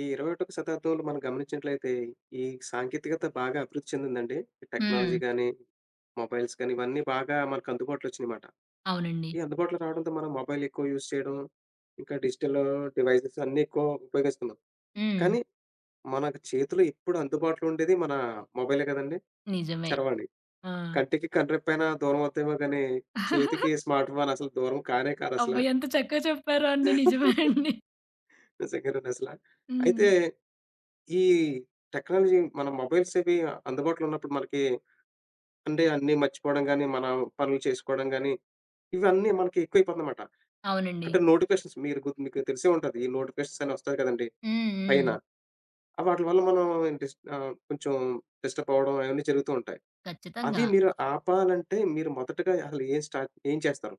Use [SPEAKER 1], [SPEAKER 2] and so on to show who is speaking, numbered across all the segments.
[SPEAKER 1] ఈ 21వ శతాబ్దంలో మనం గమనించినట్లయితే, ఈ సాంకేతికత బాగా అభివృద్ధి చెందిందండి. ఈ
[SPEAKER 2] హ్మ్.
[SPEAKER 1] టెక్నాలజీ గాని, మొబైల్స్ గాని ఇవన్నీ బాగా మనకు అందుబాటులో వచ్చినియమాట.
[SPEAKER 2] అవునండి.
[SPEAKER 1] ఈ అందుబాటులో రావడంతో మనం మొబైల్ ఎక్కువ యూజ్ చేయడం, ఇంకా డిజిటల్ డివైసెస్ అన్నీ ఎక్కువ ఉపయోగిస్తున్నాం.
[SPEAKER 2] హ్మ్.
[SPEAKER 1] కానీ మనకు చేతిలో ఎప్పుడు అందుబాటులో ఉండేది మన మొబైలే కదండీ!
[SPEAKER 2] నిజమే.
[SPEAKER 1] చరవాణి.
[SPEAKER 2] ఆ!
[SPEAKER 1] కంటికి కండ్రెప్పైన పైన దూరం అవుద్దేమో గానీ, చేతికి స్మార్ట్ ఫోన్ అసలు దూరం కానే కాదసల.
[SPEAKER 2] అబ్బా! ఎంత చక్కగా చెప్పారో అండి. నిజమే అండి.
[SPEAKER 1] నిజంగానండి అసల.
[SPEAKER 2] హ్మ్.
[SPEAKER 1] అయితే ఈ టెక్నాలజీ మన మొబైల్స్ ఇవి అందుబాటులో ఉన్నప్పుడు మనకి అంటే అన్నీ మర్చిపోవడం గానీ, మన పనులు చేసుకోవడం గానీ, ఇవన్నీ మనకి ఎక్కువైపోతుందన్నమాట.
[SPEAKER 2] అవునండి.
[SPEAKER 1] అంటే నోటిఫికేషన్స్ మీరు మీకు తెలిసే ఉంటది. ఈ నోటిఫికేషన్స్ అని వస్తాయి కదండీ!
[SPEAKER 2] హ్మ్.
[SPEAKER 1] పైన.
[SPEAKER 2] హ్మ్.
[SPEAKER 1] అవి వాటి వల్ల మనం కొంచెం డిస్టర్బ్ అవ్వడం అవన్నీ జరుగుతూ ఉంటాయి. అవి
[SPEAKER 2] ఖచ్చితంగా.
[SPEAKER 1] మీరు ఆపాలంటే మీరు మొదటగా అసలు ఏం చేస్తారు?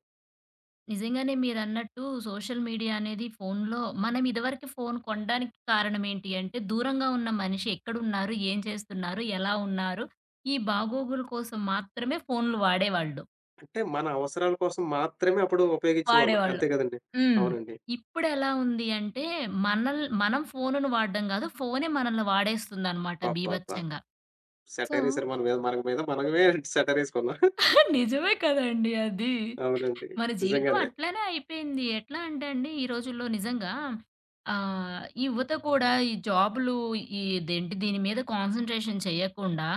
[SPEAKER 2] నిజంగానే మీరన్నట్టు సోషల్ మీడియా అనేది ఫోనులో మనం ఇదివరకు ఫోను కొనడానికి కారణం ఏంటి అంటే, దూరంగా ఉన్న మనిషి ఎక్కడున్నారు, ఏం చేస్తున్నారు, ఎలా ఉన్నారు, ఈ బాగోగుల కోసం మాత్రమే ఫోనులు వాడేవాళ్ళు.
[SPEAKER 1] అంటే మన అవసరాల కోసం మాత్రమే అప్పుడు ఉపయోగించేవాళ్ళం.
[SPEAKER 2] వాడేవాళ్ళు.
[SPEAKER 1] అంతే కదండీ!
[SPEAKER 2] హ్మ్.
[SPEAKER 1] అవునండి.
[SPEAKER 2] ఇప్పుడెలా ఉంది అంటే, మనం ఫోనును వాడడం గాదు. ఫోనే మనల్ని వాడేస్తుందనమాట
[SPEAKER 1] అబ్బబ్బబ్బా!
[SPEAKER 2] బీభత్సంగా. సో
[SPEAKER 1] సెటైర్ ఏసారు మన మీద. మన మీద మనమే సెటైర్ ఏసుకున్నాం.
[SPEAKER 2] నిజమే కదండీ అది.
[SPEAKER 1] అవునండి.
[SPEAKER 2] మన జీవితం
[SPEAKER 1] నిజంగానే.
[SPEAKER 2] అట్లనే అయిపోయింది. ఎట్లా అంటే అండి, ఈ రోజుల్లో నిజంగా ఈ యువత కూడా ఈ జాబులు ఇదేంటి దీని మీద కాన్సంట్రేషన్ చేయకుండా,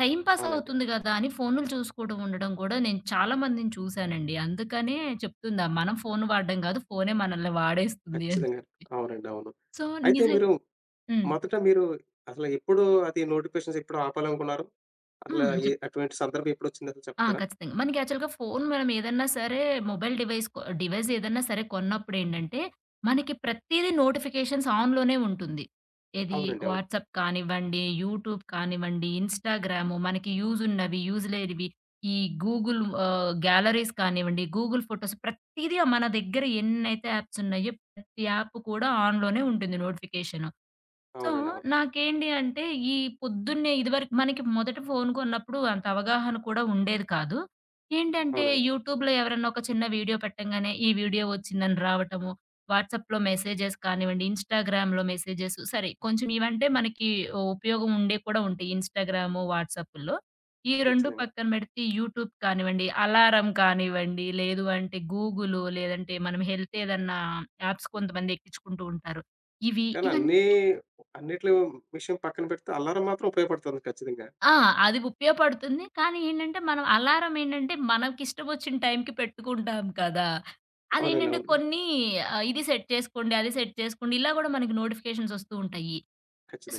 [SPEAKER 2] టైమ్ పాస్
[SPEAKER 1] అవునండి.
[SPEAKER 2] అవుతుంది గదా! అని ఫోనులు చూసుకోవడం ఉండడం గూడా నేను చాలా మందిని చూసానండి. అందుకనే చెప్తున్నా, మనం ఫోను వాడడం గాదు, ఫోనే మనల్ని వాడేస్తుంది అని
[SPEAKER 1] ఖచ్చితంగా.
[SPEAKER 2] చెప్పి.
[SPEAKER 1] అవునండి. అవును.
[SPEAKER 2] సో,
[SPEAKER 1] అయితే
[SPEAKER 2] నిజం
[SPEAKER 1] మీరు
[SPEAKER 2] హ్మ్.
[SPEAKER 1] మొదట మీరు అసలు ఎప్పుడు అది నోటిఫికేషన్స్ ఎప్పుడు ఆపాలనుకున్నారు? అసలు
[SPEAKER 2] హ్మ్.
[SPEAKER 1] అటువంటి సందర్భం ఎప్పుడొచ్చింది అసలు
[SPEAKER 2] ఆ!
[SPEAKER 1] చెప్తారా?
[SPEAKER 2] ఖచ్చితంగా. మనకి యాక్చువల్‌గా ఫోను మనం ఏదన్నా సరే మొబైల్ డివైస్ ఏదన్నా సరే కొన్నప్పుడేంటంటే, మనకి ప్రతీదీ నోటిఫికేషన్స్ ఆన్‌లోనే ఉంటుంది. ఏది
[SPEAKER 1] అవునండి. అవును.
[SPEAKER 2] వాట్సాప్ కానివ్వండి, యూట్యూబ్ కానివ్వండి, ఇన్‌స్టాగ్రాము, మనకి యూజ్ ఉన్నవి, యూజ్ లేనివి, ఈ గూగుల్ గ్యాలరీస్ కానివ్వండి, గూగుల్ ఫోటోస్ ప్రతీదీ మన దగ్గర ఎన్నైతే యాప్స్ ఉన్నాయో, ప్రతి యాప్ కూడా ఆన్‌లోనే ఉంటుంది నోటిఫికేషను. సో,
[SPEAKER 1] అవునండి. అవును.
[SPEAKER 2] నాకేంటి అంటే ఈ పొద్దున్నే ఇదివరకు మనకి మొదట ఫోను కొన్నప్పుడు అంత అవగాహన కూడా ఉండేది కాదు. ఏంటంటే
[SPEAKER 1] అవునండి.
[SPEAKER 2] యూట్యూబ్‌లో ఎవరన్నా ఒక చిన్న వీడియో పెట్టంగానే ఈ వీడియో వచ్చిందని రావటము, వాట్సాప్‌లో మెసేజెస్ కానివ్వండి, ఇన్‌స్టాగ్రామ్‌లో మెసేజెస్ సరే కొంచెం ఇవంటే మనకి ఉపయోగం ఉండేవి కూడా ఉంటాయి. ఇన్‌స్టాగ్రాము, వాట్సాపుల్లో. ఈ 2
[SPEAKER 1] ఖచ్చితంగా.
[SPEAKER 2] పక్కన పెడితే యూట్యూబ్ కానివ్వండి, అలారం కానివ్వండి, లేదు అంటే గూగులు లేదంటే మనం హెల్త్ ఏదన్నా యాప్స్ కొంతమంది ఎక్కించుకుంటూ ఉంటారు. ఇవి
[SPEAKER 1] కానీ
[SPEAKER 2] ఇవన్నీ
[SPEAKER 1] అన్నీ అన్నిట్లి విషయం పక్కన పెడితే అల్లారం మాత్రం ఉపయోగపడుతుంది ఖచ్చితంగా.
[SPEAKER 2] ఆ! అది ఉపయోగపడుతుంది. కానీ ఏంటంటే, మనం అలారం ఏంటంటే, మనకిష్టమొచ్చిన టైంకి పెట్టుకుంటాం కదా!
[SPEAKER 1] అవునండి.
[SPEAKER 2] అదేంటంటే,
[SPEAKER 1] అవును.
[SPEAKER 2] కొన్ని ఇది సెట్ చేసుకోండి, అది సెట్ చేసుకోండి ఇలా గూడా మనకి నోటిఫికేషన్స్ ఒస్తూ ఉంటాయి.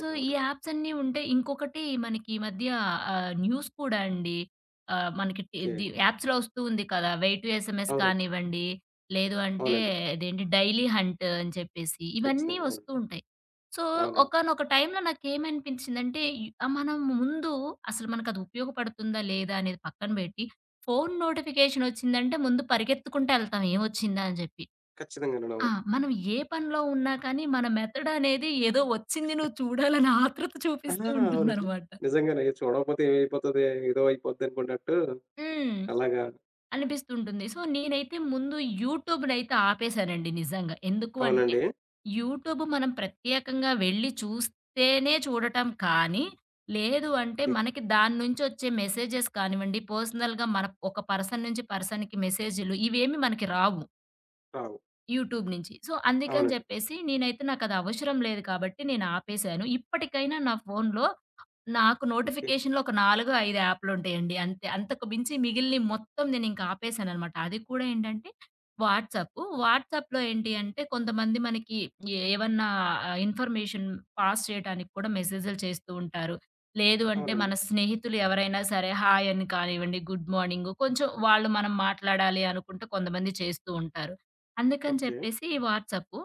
[SPEAKER 2] సో, ఈ
[SPEAKER 1] అవునండి.
[SPEAKER 2] యాప్స్ అన్నీ ఉంటే ఇంకొకటి మనకి ఈ మధ్య న్యూస్ కూడా అండి. మనకి
[SPEAKER 1] ఓకే.
[SPEAKER 2] ఇది యాప్స్‌లో వస్తూ ఉంది కదా! వే టు ఎస్ఎంఎస్
[SPEAKER 1] అవునండి.
[SPEAKER 2] కానివ్వండి, లేదు అంటే
[SPEAKER 1] అవునండి.
[SPEAKER 2] ఇదేంటి డైలీ హంట్ అని చెప్పేసి ఇవన్నీ
[SPEAKER 1] ఖచ్చితంగా.
[SPEAKER 2] వస్తూ
[SPEAKER 1] అవునండి.
[SPEAKER 2] ఉంటాయి. సో,
[SPEAKER 1] అవునండి.
[SPEAKER 2] ఒకానొక టైంలో నాకేమనిపించిందంటే మనం ముందు అసలు మనకది ఉపయోగపడుతుందా లేదా అనేది పక్కన పెట్టి, ఫోను నోటిఫికేషన్ వచ్చిందంటే ముందు పరిగెత్తుకుంటూ ఎళ్తాం ఏమొచ్చిందా అని చెప్పి.
[SPEAKER 1] ఖచ్చితంగానండి. అవును.
[SPEAKER 2] ఆ! మనం ఏ పనిలో ఉన్నా కానీ మన మెథడ్ అనేది ఏదో వచ్చింది నువ్వు చూడాలని ఆతృత
[SPEAKER 1] ఆ!
[SPEAKER 2] చూపిస్తూ
[SPEAKER 1] అవునండి.
[SPEAKER 2] ఉంటుందనమాట.
[SPEAKER 1] నిజంగానే. చూడకపోతే ఏమైపోతది, ఏదో అయిపోద్ది అనుకున్నట్టు
[SPEAKER 2] హ్మ్.
[SPEAKER 1] అలాగా
[SPEAKER 2] అనిపిస్తుంటుంది. సో, నేనైతే ముందు యూట్యూబ్‌నైతే ఆపేశానండి నిజంగా. ఎందుకు అంటే,
[SPEAKER 1] అవునండి.
[SPEAKER 2] యూట్యూబ్ మనం ప్రత్యేకంగా వెళ్లి చూస్తేనే చూడటం కానీ, లేదు అంటే
[SPEAKER 1] తి
[SPEAKER 2] మనకి దాని నుంచి వచ్చే మెసేజెస్ కానివ్వండి, పర్సనల్‌గా మన ఒక పర్సన్ నుంచి పర్సన్‌కి మెసేజులు ఇవేమి మనకి రావు.
[SPEAKER 1] రావు.
[SPEAKER 2] యూట్యూబ్ నుంచి. సో, అందుకని
[SPEAKER 1] అవునండి.
[SPEAKER 2] జెప్పేసి నేనైతే నాకది అవసరం లేదు కాబట్టి నేను ఆపేశాను. ఇప్పటికైనా నా ఫోనులో నాకు
[SPEAKER 1] ఓకే.
[SPEAKER 2] నోటిఫికేషన్‌లో ఒక 4, 5 యాప్‌లుంటాయండి. అంతే. అంతకు మించి మిగిలినయి మొత్తం నేనింక ఆపేసాననమాట. అది కూడా ఏంటంటే వాట్సాప్. వాట్సాప్‌లో ఏంటి అంటే కొంతమంది మనకి ఏవన్నా ఇన్ఫర్మేషన్ పాస్ చేయటానికి కూడా మెసేజులు చేస్తూ ఉంటారు. లేదు అంటే
[SPEAKER 1] అవునండి.
[SPEAKER 2] మన స్నేహితులు ఎవరైనా సరే హాయ్ అని కానివ్వండి, గుడ్ మార్నింగు కొంచెం వాళ్ళు మనం మాట్లాడాలి అనుకుంటే కొంతమంది చేస్తూ ఉంటారు. అందుకని
[SPEAKER 1] ఓకే.
[SPEAKER 2] చెప్పేసి వాట్సాప్.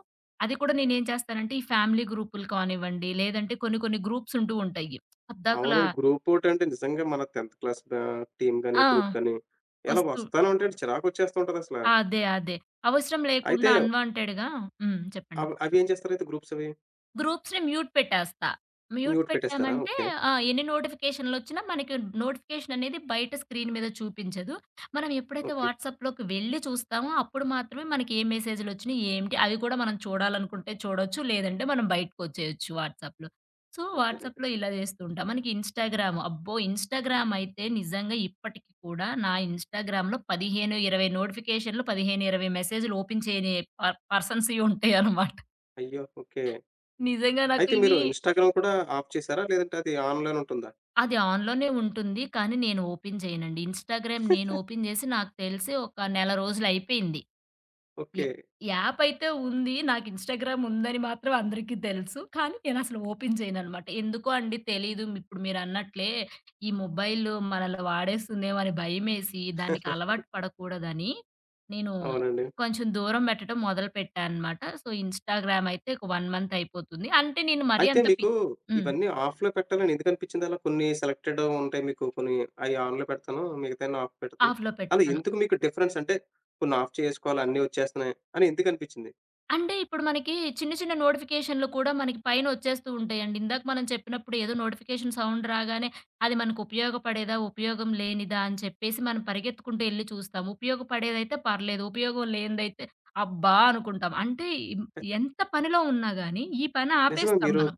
[SPEAKER 2] అది కూడా నేనేం చేస్తానంటే ఈ ఫ్యామిలీ గ్రూపులు కానివ్వండి, లేదంటే కొన్ని కొన్ని గ్రూప్సుంటూ ఉంటాయి. పద్దాకలా
[SPEAKER 1] అవునండి. గ్రూప్ ఒకటి అంటే నిజంగా మన 10థ్ క్లాస్ టీమ్ గాని,
[SPEAKER 2] ఆ!
[SPEAKER 1] గ్రూప్ గాని ఇలా
[SPEAKER 2] వస్తూ
[SPEAKER 1] వస్తానే ఉంటాయండి. చిరాకొచ్చేస్తూ ఉంటదసల.
[SPEAKER 2] అదే. అవసరం
[SPEAKER 1] అయితే
[SPEAKER 2] లేకుండా అన్‌వాంటెడ్‌గా హ్మ్. చెప్పండి.
[SPEAKER 1] అవి ఏం చేస్తారైతే గ్రూప్స్ అవి?
[SPEAKER 2] గ్రూప్స్‌ని మ్యూట్ పెట్టేస్తా. మ్యూట్
[SPEAKER 1] మ్యూట్ పెట్టేస్తారా?
[SPEAKER 2] పెట్టామంటే
[SPEAKER 1] ఓకే.
[SPEAKER 2] ఆ! ఎన్ని నోటిఫికేషన్‌లొచ్చినా మనకి నోటిఫికేషన్ అనేది బయట స్క్రీన్ మీద చూపించదు. మనం ఎప్పుడైతే
[SPEAKER 1] ఓకే.
[SPEAKER 2] వాట్సాప్‌లోకి వెళ్లి చూస్తామో అప్పుడు మాత్రమే మనకి ఏ మెసేజ్‌లొచ్చినాయి, ఏంటి అవి కూడా మనం చూడాలనుకుంటే చూడొచ్చు. లేదంటే మనం బయటకొచ్చేయొచ్చు వాట్సాప్‌లో. సో,
[SPEAKER 1] అంతేనండి.
[SPEAKER 2] వాట్సాప్‌లో ఇలా చేస్తూ ఉంటా. మనకి ఇన్‌స్టాగ్రామ్ అబ్బో! ఇన్‌స్టాగ్రామ్ అయితే నిజంగా ఇప్పటికి కూడా నా ఇన్‌స్టాగ్రామ్‌లో 15, 20 నోటిఫికేషన్‌లు 15, 20 మెసేజ్‌లు ఓపెన్ చేయని పర్సన్స్‌యి ఉంటాయనమాట.
[SPEAKER 1] అయ్యో! ఓకే.
[SPEAKER 2] నిజంగా నాకు
[SPEAKER 1] అయితే మీరు
[SPEAKER 2] ఇవి
[SPEAKER 1] ఇన్‌స్టాగ్రామ్ కూడా ఆఫ్ చేసారా? లేదంటే అది ఆన్‌లోనే ఉంటుందా?
[SPEAKER 2] అది ఆన్‌లోనే ఉంటుంది. కానీ నేను ఓపెన్ చేయనండి. ఇన్‌స్టాగ్రామ్ నేను ఓపెన్ చేసి నాకు తెలిసి ఒక నెల రోజులయిపోయింది. Yeah
[SPEAKER 1] okay.
[SPEAKER 2] యాప్ అయితే ఉంది. నాకు ఇన్‌స్టాగ్రామ్ ఉందని మాత్రం అందరికీ తెలుసు. కానీ నేనసలు ఓపెన్ చేయననమాట. ఎందుకో అండి తెలీదు. ఇప్పుడు మీరన్నట్లే ఈ మొబైల్ మనల్ని వాడేస్తుందేమో అని భయమేసి దానికి అలవాటు పడకూడదని నేను
[SPEAKER 1] అవునండి.
[SPEAKER 2] కొంచెం దూరం పెట్టడం మొదలుపెట్టా అనమాట. సో, ఇన్‌స్టాగ్రామ్ అయితే ఒక 1 మంత్ అయిపోతుంది. అంటే నేను మరీ
[SPEAKER 1] అయితే
[SPEAKER 2] అంత
[SPEAKER 1] మీకు
[SPEAKER 2] హ్మ్.
[SPEAKER 1] ఇవన్నీ ఆఫ్‌లో పెట్టాలని ఎందుకనిపించింది అలా? కొన్ని సెలెక్టెడ్ ఉంటాయి మీకు. కొన్ని ఆన్‌లో పెడతాను. మిగతాయన్ని ఆఫ్ పెడతాను.
[SPEAKER 2] ఆఫ్‌లో
[SPEAKER 1] అలా
[SPEAKER 2] పెట్టాను.
[SPEAKER 1] ఎందుకు మీకు డిఫరెన్స్ అంటే కొన్ని ఆఫ్ చేసుకోవాలి అన్నీ వచ్చేస్తున్నాయి అని ఎందుకనిపించింది?
[SPEAKER 2] అంటే ఇప్పుడు మనకి చిన్న, చిన్న నోటిఫికేషన్‌లు కూడా మనకి పైనొచ్చేస్తూ ఉంటాయండి. ఇందాక మనం చెప్పినప్పుడు ఏదో నోటిఫికేషన్ సౌండ్ రాగానే అది మనకు ఉపయోగపడేదా? ఉపయోగం లేనిదా? అని చెప్పేసి మనం పరిగెత్తుకుంటూ ఎళ్లి చూస్తాం. ఉపయోగపడేదైతే పర్లేదు. ఉపయోగం లేనిదైతే అబ్బా! అనుకుంటాం. అంటే ఇం
[SPEAKER 1] కచ్
[SPEAKER 2] ఎంత పనిలో ఉన్నా గాని ఈ పని
[SPEAKER 1] నిజమే
[SPEAKER 2] ఆపేస్తాం
[SPEAKER 1] మీరు
[SPEAKER 2] మనం.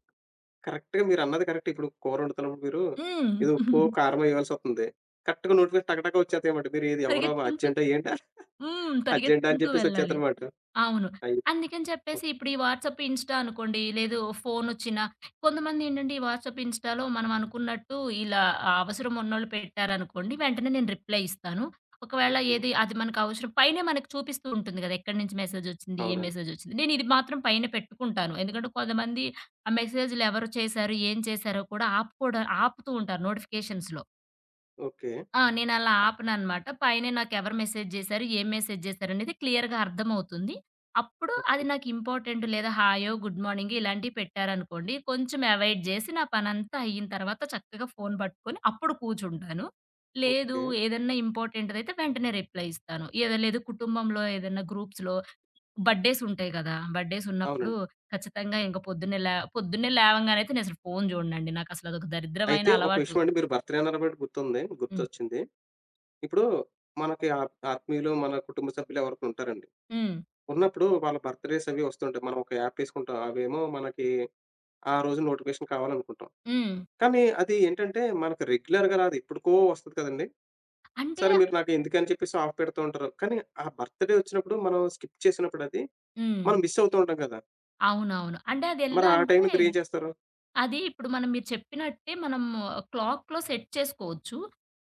[SPEAKER 1] కరెక్ట్‌గా మీరన్నది కరెక్ట్. ఇప్పుడు కూర వండుతున్నప్పుడు మీరు
[SPEAKER 2] హ్మ్.
[SPEAKER 1] ఏదో ఉప్పు, కారమో వేయాల్సొస్తుంది. కరెక్ట్‌గా నోటిఫికేషన్ టక టక వచ్చేస్తాయన్నమాట. మీరు ఏది ఎవరో
[SPEAKER 2] పరిగెత్తుకుంటూ
[SPEAKER 1] అర్జెంటా ఏంటా?
[SPEAKER 2] హ్మ్.
[SPEAKER 1] అర్జెంటా అని
[SPEAKER 2] పరిగెత్తుకుంటూ
[SPEAKER 1] చెప్పేసి
[SPEAKER 2] వెళ్ళాలి.
[SPEAKER 1] వచ్చేద్దనమాట.
[SPEAKER 2] అవును.
[SPEAKER 1] అయ్యో!
[SPEAKER 2] అందుకని చెప్పేసి ఇప్పుడు ఈ వాట్సాప్, ఇన్‌స్టా అనుకోండి, లేదు ఫోనొచ్చినా కొంతమందేంటంటే, ఈ వాట్సాప్, ఇన్‌స్టాలో మనం అనుకున్నట్టు ఇలా అవసరం ఉన్నోళ్ళు పెట్టారనుకోండి, వెంటనే నేను రిప్లై ఇస్తాను. ఒకవేళ
[SPEAKER 1] ఓకే.
[SPEAKER 2] ఏది అది మనకు అవసరం పైనే మనకు చూపిస్తూ ఉంటుంది గదా! ఎక్కడి నుంచి మెసేజొచ్చింది, ఏ
[SPEAKER 1] అవునండి.
[SPEAKER 2] మెసేజొచ్చింది. నేను ఇది మాత్రం పైన పెట్టుకుంటాను. ఎందుకంటే, కొంతమంది ఆ మెసేజులు ఎవరు చేశారు, ఏం చేశారో కూడా ఆపుకోడా ఆపుతూ ఉంటారు నోటిఫికేషన్స్‌లో.
[SPEAKER 1] ఓకే.
[SPEAKER 2] ఆ! నేనలా ఆపననమాట. పైనే నాకెవరు మెసేజ్ జేశారు, ఏం మెసేజ్ జేశారనేది క్లియర్‌గా అర్థమవుతుంది. అప్పుడు అది
[SPEAKER 1] ఓకే.
[SPEAKER 2] నాకు ఇంపార్టెంట్ లేదా హాయో, గుడ్ మార్నింగో ఇలాంటివి పెట్టారనుకోండి, కొంచెం అవాయిడ్ జేసి నా పనంతా అయిన తర్వాత చక్కగా ఫోను పట్టుకొని అప్పుడు కూర్చుంటాను. లేదు
[SPEAKER 1] ఓకే.
[SPEAKER 2] ఏదన్నా ఇంపార్టెంట్‌దైతే వెంటనే రిప్లై ఇస్తాను. ఏదో లేదు కుటుంబంలో ఏదన్నా గ్రూప్స్‌లో బర్త్‌డేస్ ఉంటాయి గదా! బర్త్‌డేస్ ఉన్నప్పుడు
[SPEAKER 1] అవునండి.
[SPEAKER 2] ఖచ్చితంగా ఇంక పొద్దున్నే పొద్దున్నే లేవంగానైతే నేనసలు ఫోను జూడనండి. నాకసలు అదొక దరిద్రమైన
[SPEAKER 1] అయితే ఒక
[SPEAKER 2] అలవాటు.
[SPEAKER 1] విషయం అండి. మీరు బర్త్‌డే అన్నారు కాబట్టి గుర్తుంది.
[SPEAKER 2] హ్మ్.
[SPEAKER 1] గుర్తొచ్చింది. ఇప్పుడు మనకి ఆత్మీయులు, మన కుటుంబ సభ్యులు ఎవరో ఉంటారండి.
[SPEAKER 2] హ్మ్.
[SPEAKER 1] ఉన్నప్పుడు వాళ్ళ బర్త్ డేస్ అవి వస్తుంటాయి. మనం ఒక యాప్ ఏసుకుంటాం. అవేమో మనకి ఆ రోజు నోటిఫికేషన్ కావాలనుకుంటాం.
[SPEAKER 2] హ్మ్.
[SPEAKER 1] కానీ అది ఏంటంటే మనకు రెగ్యులర్‌గా రాదు. ఎప్పటికో వస్తది కదండీ!
[SPEAKER 2] అంటే
[SPEAKER 1] సరే మీరు నాకు ఎందుకని చెప్పేసి ఆఫ్ పెడుతూ ఉంటారు. కానీ ఆ బర్త్ డే వచ్చినప్పుడు మనం స్కిప్ చేసినప్పుడు అది
[SPEAKER 2] హ్మ్.
[SPEAKER 1] మనం మిస్ అవుతూ ఉంటాం కదా!
[SPEAKER 2] అవునవును. అంటే
[SPEAKER 1] మరి
[SPEAKER 2] అదెలా
[SPEAKER 1] ఆ టైంలో
[SPEAKER 2] అంటే,
[SPEAKER 1] మీరేం చేస్తారు?
[SPEAKER 2] అది ఇప్పుడు మనం మీరు చెప్పినట్టే మనం క్లాక్‌లో సెట్ చేసుకోవచ్చు.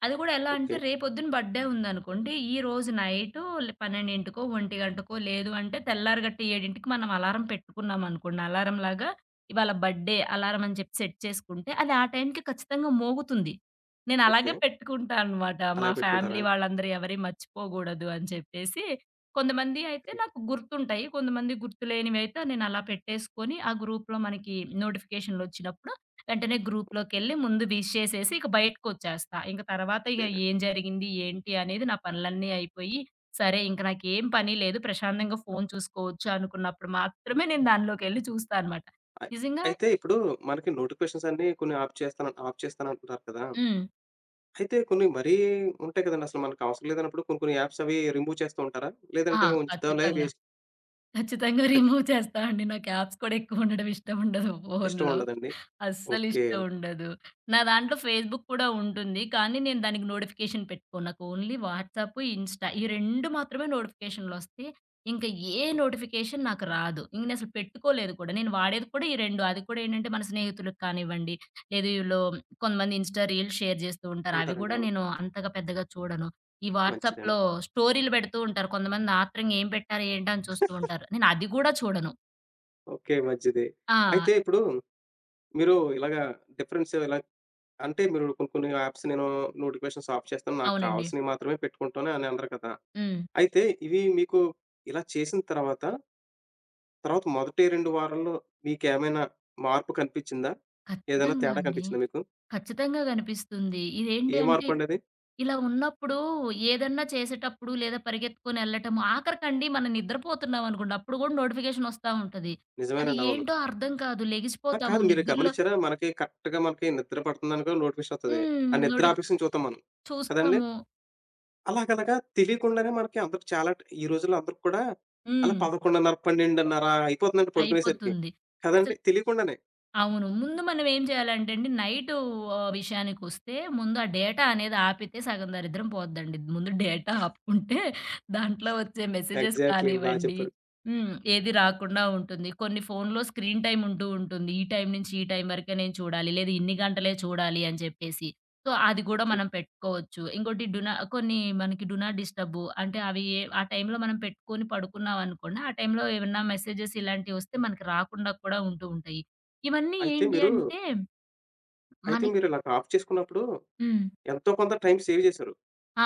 [SPEAKER 2] అది కూడా ఎలా
[SPEAKER 1] ఓకే.
[SPEAKER 2] అంటే రేపొద్దున బర్త్‌డే ఉందనుకోండి, ఈ రోజు నైటు 12కో, 1 గంటకో లేదు అంటే తెల్లారగట్ట 7కి మనం అలారం పెట్టుకున్నామనుకోండి, అలారంలాగా ఇవాళ బర్త్‌డే అలారం అని చెప్పి సెట్ చేసుకుంటే, అది ఆ టైంకి ఖచ్చితంగా మోగుతుంది. నేను
[SPEAKER 1] ఓకే.
[SPEAKER 2] అలాగే పెట్టుకుంటా అనమాట. మా
[SPEAKER 1] అలాగే పెట్టుకుంటారా?
[SPEAKER 2] ఫ్యామిలీ వాళ్ళందరూ ఎవరి మర్చిపోకూడదు అని చెప్పేసి కొంతమంది అయితే నాకు గుర్తుంటాయి. కొంతమంది గుర్తులేనివైతే నేనలా పెట్టేసుకొని, ఆ గ్రూప్‌లో మనకి నోటిఫికేషన్‌లొచ్చినప్పుడు వెంటనే గ్రూప్‌లోకెళ్ళి ముందు విష్ చేసేసి ఇక బయటకొచ్చేస్తా. ఇంక తర్వాత ఇగ
[SPEAKER 1] అదే.
[SPEAKER 2] ఏం జరిగింది, ఏంటి అనేది నా పనులన్నీ అయిపోయి, సరే ఇంక నాకేం పని లేదు ప్రశాంతంగా ఫోను చూసుకోవచ్చు అనుకున్నప్పుడు మాత్రమే నేను దానిలోకెళ్ళి చూస్తా అనమాట.
[SPEAKER 1] అయి
[SPEAKER 2] నిజంగా
[SPEAKER 1] అయితే ఇప్పుడు మనకి నోటిఫికేషన్స్ అన్నీ కొన్ని ఆఫ్ చేస్తాను ఆఫ్ చేస్తానంటున్నారు కదా!
[SPEAKER 2] హ్మ్.
[SPEAKER 1] అయితే కొన్ని మరీ ఉంటాయి కదండీ! అసలు మనకు అవసరం లేదన్నప్పుడు కొన్ని కొన్ని యాప్స్ అవి రిమూవ్ చేస్తూ ఉంటారా?
[SPEAKER 2] ఆ!
[SPEAKER 1] లేదంటే ఉంచుతాంలే
[SPEAKER 2] ఖచ్చితంగా.
[SPEAKER 1] వేస్ట్
[SPEAKER 2] ఖచ్చితంగా
[SPEAKER 1] ఖచ్
[SPEAKER 2] రిమూవ్ చేస్తా అండి. నాకు యాప్స్ కూడా ఎక్కువ ఉండడం ఇష్టం ఉండదు
[SPEAKER 1] ఇష్టం
[SPEAKER 2] ఫోనులో.
[SPEAKER 1] ఉండదండి. ఓకే.
[SPEAKER 2] అస్సలిష్టం ఉండదు. నా దాంట్లో ఫేస్‌బుక్ కూడా ఉంటుంది. కానీ నేను దానికి నోటిఫికేషన్ పెట్టుకోను. నాకు ఓన్లీ వాట్సాప్, ఇన్‌స్టా ఈ 2 మాత్రమే నోటిఫికేషన్‌లొస్తాయి. ఇంక ఏ నోటిఫికేషన్ నాకు రాదు. ఇంక నేనసలు పెట్టుకోలేదు కూడా. నేను వాడేది కూడా ఈ 2. అది కూడా ఏంటంటే మన స్నేహితులకు కానివ్వండి, లేదు ఈళ్ళు కొంతమంది ఇన్‌స్టా రీల్స్ షేర్ చేస్తూ ఉంటారు. అవి
[SPEAKER 1] ఉంటారండి.
[SPEAKER 2] కూడా
[SPEAKER 1] అవును.
[SPEAKER 2] నేను అంతగా పెద్దగా చూడను. ఈ
[SPEAKER 1] మంచిదండి.
[SPEAKER 2] వాట్సాప్‌లో స్టోరీలు పెడుతూ ఉంటారు. కొంతమంది ఆత్రంగా ఏం పెట్టారు, ఏంటా అని చూస్తూ ఉంటారు. నేను అది గూడా చూడను.
[SPEAKER 1] ఓకే. మంచిది.
[SPEAKER 2] ఆ!
[SPEAKER 1] అయితే ఇప్పుడు మీరు ఇలాగా డిఫరెన్స్ ఇలా అంటే మీరు కొన్ని కొన్ని యాప్స్ నేను నోటిఫికేషన్స్ ఆఫ్ చేస్తాను. నాకు
[SPEAKER 2] అవునండి.
[SPEAKER 1] కావాల్సినవి మాత్రమే పెట్టుకుంటాను అని అన్నారు కదా!
[SPEAKER 2] హ్మ్.
[SPEAKER 1] అయితే ఇవి మీకు ఇలా చేసిన తర్వాత, తర్వాత మొదటి 2 వారాల్లో మీకేమైనా మార్పు కనిపించిందా? ఏదైనా
[SPEAKER 2] ఖచ్చితంగా
[SPEAKER 1] తేడా
[SPEAKER 2] అండి.
[SPEAKER 1] కనిపించిందా మీకు?
[SPEAKER 2] ఖచ్చితంగా కనిపిస్తుంది. ఇదేంటి
[SPEAKER 1] ఏ
[SPEAKER 2] అంటే
[SPEAKER 1] మార్పండది?
[SPEAKER 2] ఇలా ఉన్నప్పుడు ఏదన్నా చేసేటప్పుడు లేదా పరిగెత్తుకొని ఎళ్ళటం ఆఖరికండి మనం నిద్రపోతున్నాం అనుకోండి అప్పుడు గూడా నోటిఫికేషన్ ఒస్తా ఉంటది. అది
[SPEAKER 1] నిజమేనండి. అవును.
[SPEAKER 2] ఏంటో అర్థం కాదు.
[SPEAKER 1] ఆ!
[SPEAKER 2] లెగిసిపోతాము
[SPEAKER 1] కాదు మీరు
[SPEAKER 2] నిద్రలో
[SPEAKER 1] గమనిచ్చారా? మనకి కరెక్ట్‌గా మనకి నిద్ర పడుతుందనుకో నోటిఫికేషన్ ఒత్తది.
[SPEAKER 2] హ్మ్.
[SPEAKER 1] ఆ నిద్ర ఆపేసుకొని చూతాం మనం. కదండీ!
[SPEAKER 2] చూస్తాము.
[SPEAKER 1] అలాగలాగా తెలియకుండానే మనకి అందరికి చాలా ఈ రోజుల్లో అందరికి కూడా అలా
[SPEAKER 2] హ్మ్.
[SPEAKER 1] 11:30, 12:30 అయిపోతుందండి పడుకునేసరికి.
[SPEAKER 2] అయిపోతుంది.
[SPEAKER 1] కదండీ!
[SPEAKER 2] అసలు
[SPEAKER 1] తెలియకుండానే.
[SPEAKER 2] అవును. ముందు మనం ఏం చేయాలంటే అండి నైటు విషయానికొస్తే ముందు ఆ డేటా అనేది ఆపితే సగం దరిద్రం పోద్దండి. ముందు డేటా ఆపుకుంటే దాంట్లో వచ్చే మెసేజెస్
[SPEAKER 1] ఎగ్జాక్ట్‌లీ బా
[SPEAKER 2] కానివ్వండి
[SPEAKER 1] చెప్పారు.
[SPEAKER 2] హ్మ్. ఏది రాకుండా ఉంటుంది. కొన్ని ఫోన్‌లో స్క్రీన్ టైమ్ ఉంటూ ఉంటుంది. ఈ టైం నుంచి ఈ టైం వరకే నేను చూడాలి. లేదా ఇన్ని గంటలే చూడాలి అని చెప్పేసి. సో, అది కూడా
[SPEAKER 1] ఓకే.
[SPEAKER 2] మనం పెట్టుకోవచ్చు. ఇంకోటి కొన్ని మనకి డు నాట్ డిస్టర్బ్ అంటే అవి ఆ టైంలో మనం పెట్టుకొని పడుకున్నాం అనుకోండి. ఆ టైంలో ఏమన్నా మెసేజెస్ ఇలాంటివొస్తే మనకి రాకుండా కూడా ఉంటూ ఉంటాయి. ఇవన్నీ
[SPEAKER 1] అయితే
[SPEAKER 2] ఏంటి
[SPEAKER 1] మీరు
[SPEAKER 2] అంటే
[SPEAKER 1] అయితే
[SPEAKER 2] మనకి
[SPEAKER 1] మీరిలాగ ఆఫ్ చేసుకున్నప్పుడు
[SPEAKER 2] హ్మ్.
[SPEAKER 1] ఎంతో కొంత టైం సేవ్ చేశారు.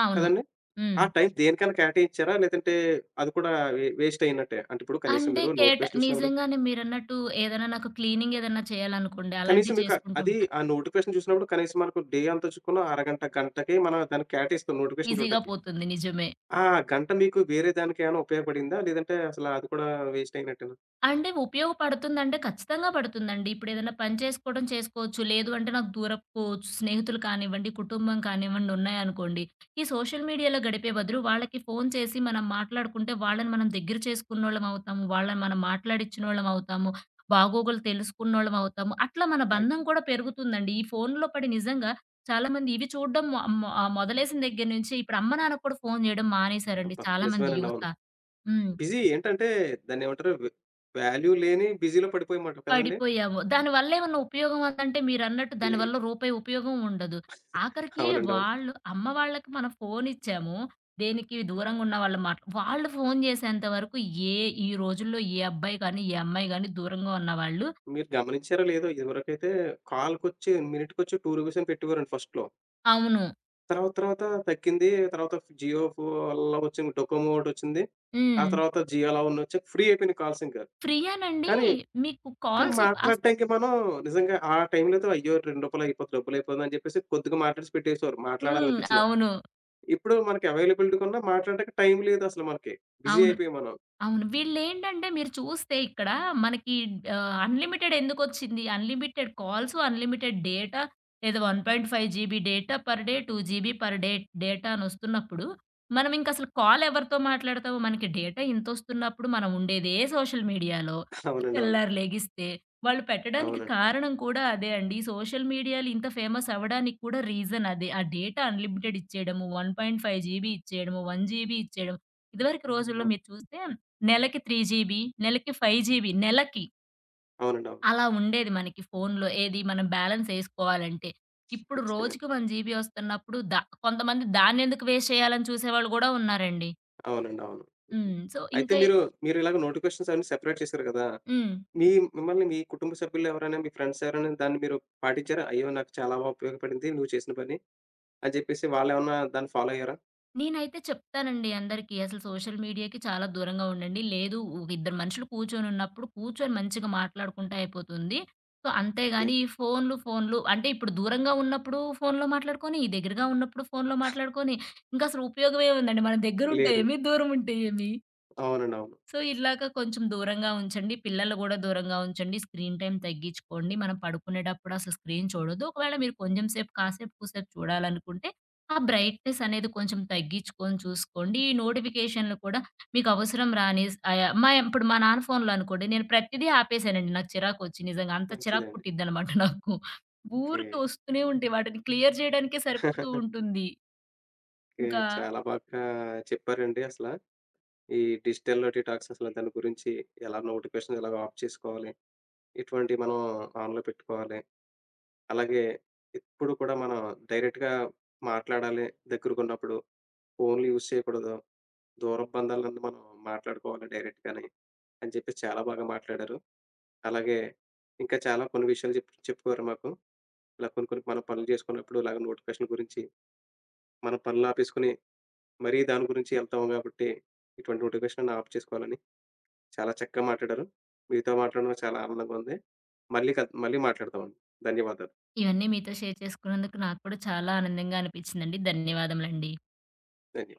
[SPEAKER 2] అవును.
[SPEAKER 1] కదండీ!
[SPEAKER 2] హ్మ్.
[SPEAKER 1] ఆ టైం దేనికైనా కేటాయించారా? లేదంటే అది కూడా వేస్ట్ అయినట్టే? అంటే ఇప్పుడు కనీసం
[SPEAKER 2] అంటే
[SPEAKER 1] మీరు నోటిఫికేషన్ చూసినప్పుడు
[SPEAKER 2] నిజంగానే మీరన్నట్టు ఏదైనా నాకు క్లీనింగ్ ఏదన్నా చేయాలనుకోండి
[SPEAKER 1] కనీసం
[SPEAKER 2] అలాంటివి
[SPEAKER 1] మీకు
[SPEAKER 2] చేసుకుంటూ
[SPEAKER 1] అది
[SPEAKER 2] ఉంటా.
[SPEAKER 1] ఆ నోటిఫికేషన్ చూసినప్పుడు కనీసం మనకు డే అంతా చూసుకున్న అరగంట, గంటకే మనం దాన్ని కేటాయిస్తాం నోటిఫికేషన్
[SPEAKER 2] ఈజీగా
[SPEAKER 1] చూడటానికి.
[SPEAKER 2] పోతుంది నిజమే.
[SPEAKER 1] ఆ గంట మీకు వేరే దానికేమైనా ఉపయోగపడిందా? లేదంటే అసల అది కూడా వేస్ట్ అయినట్టేనా?
[SPEAKER 2] అంటే ఉపయోగపడుతుందంటే ఖచ్చితంగా పడుతుందండి. ఇప్పుడేదైనా పని చేసుకోవడం చేసుకోవచ్చు. లేదు అంటే నాకు దూరపు కోచ్ స్నేహితులు కానివ్వండి, కుటుంబం కానివ్వండి ఉన్నాయనుకోండి. ఈ సోషల్ మీడియాలో గడిపే బదులు వాళ్ళకి ఫోను చేసి మనం మాట్లాడుకుంటే వాళ్ళని మనం దగ్గర చేసుకున్నోళ్ళమవుతాము. వాళ్ళని మనం మాట్లాడిచ్చినోళ్ళమవుతాము. బాగోగులు తెలుసుకున్నోళ్ళమవుతాము. అట్లా మన
[SPEAKER 1] బ్యాక్
[SPEAKER 2] బంధం కూడా పెరుగుతుందండి. ఈ ఫోనులో పడి నిజంగా చాలామంది ఇవి చూడడం మొ మొ ఆహ్, మొదలేసిన దగ్గర నుంచి ఇప్పుడు అమ్మ, నాన్నకి కూడా ఫోను చేయడం మానేశారండి
[SPEAKER 1] అబ్బా!
[SPEAKER 2] చాలామంది
[SPEAKER 1] నిజమేనండి.
[SPEAKER 2] యువత.
[SPEAKER 1] అవును.
[SPEAKER 2] హ్మ్.
[SPEAKER 1] బిజీ ఏంటంటే దాన్నేమంటారు వాల్యూ లేని బిజీలో పడిపోయామంటారు కదండీ!
[SPEAKER 2] పడిపోయాము. దానివల్ల ఏమన్నా ఉపయోగం ఉందంటే మీరన్నట్టు
[SPEAKER 1] లే
[SPEAKER 2] దానివల్ల రూపాయి ఉపయోగం ఉండదు. ఆఖరికి
[SPEAKER 1] అవునండి. అవును.
[SPEAKER 2] వాళ్ళు అమ్మ వాళ్ళకి మనం ఫోనిచ్చాము. దేనికి దూరంగా ఉన్న వాళ్ళ మాట వాళ్ళు ఫోను చేసేంత వరకు ఏ ఈ రోజుల్లో ఏ అబ్బాయి గాని, ఏ అమ్మాయి గాని దూరంగా ఉన్నవాళ్ళు
[SPEAKER 1] మీరు గమనించారో లేదో ఇదివరకైతే కాల్‌కొచ్చి మినిట్‌కొచ్చి రూ. 2 అని పెట్టేవారండి ఫస్ట్‌లో.
[SPEAKER 2] అవును.
[SPEAKER 1] తర్వాత తర్వాత తగ్గింది. తర్వాత జియో ఫో వల్ల వచ్చింది. డొకోమో ఒకటొచ్చింది. ఆ
[SPEAKER 2] హ్మ్.
[SPEAKER 1] తర్వాత జియో అలా వన్ వచ్చాక ఫ్రీ అయిపోయినాయి కాల్స్ ఇంకా.
[SPEAKER 2] ఫ్రీయేనండి
[SPEAKER 1] కానీ,
[SPEAKER 2] మీకు
[SPEAKER 1] కానీ
[SPEAKER 2] కాల్స్ అస్
[SPEAKER 1] మాట్లాడటానికి మనం నిజంగా ఆ టైంలో అయితే అయ్యో! రూ. 2 అయిపోద్ది, డబ్బులయిపోతుందని చెప్పేసి కొద్దిగా మాట్లాడేసి పెట్టేసేవారు
[SPEAKER 2] హ్మ్.
[SPEAKER 1] మాట్లాడాలనిపించినా. ఇప్పుడు మనకి అవైలబిలిటీ కన్నా మాట్లాడడానికి టైం లేదు అసలు మనకి. బిజీ
[SPEAKER 2] అవును.
[SPEAKER 1] అయిపోయాం మనం.
[SPEAKER 2] అవును. వీళ్ళేంటంటే మీరు చూస్తే ఇక్కడ మనకి అన్‌లిమిటెడ్ ఎందుకొచ్చింది? అన్‌లిమిటెడ్ కాల్స్, అన్‌లిమిటెడ్ డేటా లేదా 1.5 GB data per day, 2 GB per day data అనొస్తున్నప్పుడు, మనం ఇంకసలు కాల్ ఎవరితో మాట్లాడతాము? మనకి డేటా ఇంతొస్తున్నప్పుడు మనం ఉండేదే సోషల్ మీడియాలో.
[SPEAKER 1] అవునండి. అవును.
[SPEAKER 2] తెల్లారి లెగిస్తే వాళ్ళు పెట్టడానికి
[SPEAKER 1] అవునండి.
[SPEAKER 2] కారణం కూడా అదే అండి. ఈ సోషల్ మీడియాలు ఇంత ఫేమస్ అవ్వడానికి కూడా రీజన్ అదే. ఆ డేటా అన్‌లిమిటెడ్ ఇచ్చేయడము, 1.5 జీబీ ఇచ్చేయడము, 1 జీబీ ఇచ్చేయడం. ఇదివరకు రోజుల్లో
[SPEAKER 1] అవును.
[SPEAKER 2] మీరు చూస్తే నెలకి 3 జీబీ, నెలకి 5 జీబీ, నెలకి
[SPEAKER 1] అవునండి. అవును.
[SPEAKER 2] అలా ఉండేది మనకి ఫోనులో. ఏది మనం బ్యాలెన్స్ ఏసుకోవాలంటే. ఇప్పుడు
[SPEAKER 1] ఖచ్చితంగా.
[SPEAKER 2] రోజుకి 1 జీబీ వస్తున్నప్పుడు కొంతమంది దాన్నెందుకు వేస్ట్ చేయాలని చూసేవాళ్ళు గూడా ఉన్నారండి.
[SPEAKER 1] అవునండి. అవును. హుహు.
[SPEAKER 2] హ్మ్. సో,
[SPEAKER 1] అయితే
[SPEAKER 2] ఇంకా
[SPEAKER 1] మీరు, మీరు ఇలాగ నోటిఫికేషన్స్ అన్నీ సెపరేట్ చేసారు కదా!
[SPEAKER 2] హ్మ్.
[SPEAKER 1] మీ మిమ్మల్ని మీ కుటుంబ సభ్యులు ఎవరైనా, మీ ఫ్రెండ్స్ ఎవరైనా దాన్ని మీరు పాటించారా? అయ్యో! నాకు చాలా బా ఉపయోగపడింది నువ్వు చేసిన పని అని చెప్పేసి వాళ్ళేమన్నా దాన్ని ఫాలో అయ్యారా?
[SPEAKER 2] నేనైతే చెప్తానండి అందరికీ. అసలు సోషల్ మీడియాకి చాలా దూరంగా ఉండండి. లేదు ఒక ఇద్దరు మనుషులు కూర్చొనున్నప్పుడు కూర్చొని మంచిగా మాట్లాడుకుంటే అయిపోతుంది. So,
[SPEAKER 1] okay.
[SPEAKER 2] అంతేగాని ఈ ఫోన్లు, ఫోన్లు అంటే ఇప్పుడు దూరంగా ఉన్నప్పుడు ఫోన్‌లో మాట్లాడుకొని, ఈ దగ్గరగా ఉన్నప్పుడు ఫోన్‌లో మాట్లాడుకొని, ఇంకసలు ఉపయోగం ఏముందండి? మన దగ్గరుంటే
[SPEAKER 1] లేదండి.
[SPEAKER 2] ఏమి, దూరం ఉంటే ఏమి?
[SPEAKER 1] అవునండి. అవును.
[SPEAKER 2] సో, ఇలాగ కొంచెం దూరంగా ఉంచండి. పిల్లలు గూడా దూరంగా ఉంచండి. స్క్రీన్ టైమ్ తగ్గించుకోండి. మనం పడుకునేటప్పుడు అసలు స్క్రీన్ చూడొద్దు. ఒకవేళ మీరు కొంచెం సేపు, కాసేపు, కూసేపు చూడాలనుకుంటే, ఆ బ్రైట్‌నెస్ అనేది కొంచెం తగ్గించుకొని చూసుకోండి. ఈ నోటిఫికేషన్‌లు కూడా మీకు అవసరం రాని స్ అయా మా ఇప్పుడు మా నాన్న ఫోన్‌లో అనుకోండి, నేను ప్రతిదీ ఆపేసానండి. నాకు చిరాకొచ్చి నిజంగా. అంత చిరాకు
[SPEAKER 1] మంచిదండి.
[SPEAKER 2] పుట్టిద్దనమాట నాకు.
[SPEAKER 1] ఓకే.
[SPEAKER 2] ఊరికే వస్తూనే ఉంటాయి. వాటిని క్లియర్ చేయడానికే సరిపోతూ ఉంటుంది.
[SPEAKER 1] ఓకే.
[SPEAKER 2] ఇంకా
[SPEAKER 1] చాలా బాగా చెప్పారండి అసల. ఈ డిజిటల్ డీటాక్స్ అసలు దాని గురించి ఎలా నోటిఫికేషన్స్ ఎలాగా ఆఫ్ చేసుకోవాలి? ఎటువంటివి మనం ఆన్‌లో పెట్టుకోవాలి? అలాగే ఎప్పుడు కూడా మనం డైరెక్ట్‌గా మాట్లాడాలి దగ్గరకున్నప్పుడు. ఫోన్‌లు యూజ్ చేయకూడదు. దూరపు బంధాలన్నీ మనం మాట్లాడుకోవాలి డైరెక్ట్‌గానే. అని చెప్పేసి చాలా బాగా మాట్లాడారు. అలాగే ఇంకా చాలా కొన్ని విషయాలు చెప్పుకోరు మాకు. ఇలా కొన్ని కొన్ని మనం పనులు చేసుకున్నప్పుడు ఇలాగ నోటిఫికేషన్ గురించి మనం పనులు ఆపేసుకొని మరీ దాని గురించి ఎళ్తాము కాబట్టి ఇటువంటి నోటిఫికేషన్ ఆఫ్ చేసుకోవాలని చాలా చక్కగా మాట్లాడారు. మీతో మాట్లాడడం చాలా ఆనందంగా ఉంది. మళ్ళీ మాట్లాడదామండి. ధన్యవాదాలు.
[SPEAKER 2] ఇవన్నీ మీతో షేర్ చేసుకున్నందుకు నాకు కూడా చాలా ఆనందంగా అనిపించిందండి. ధన్యవాదములండి.
[SPEAKER 1] ధన్యవాదాలు.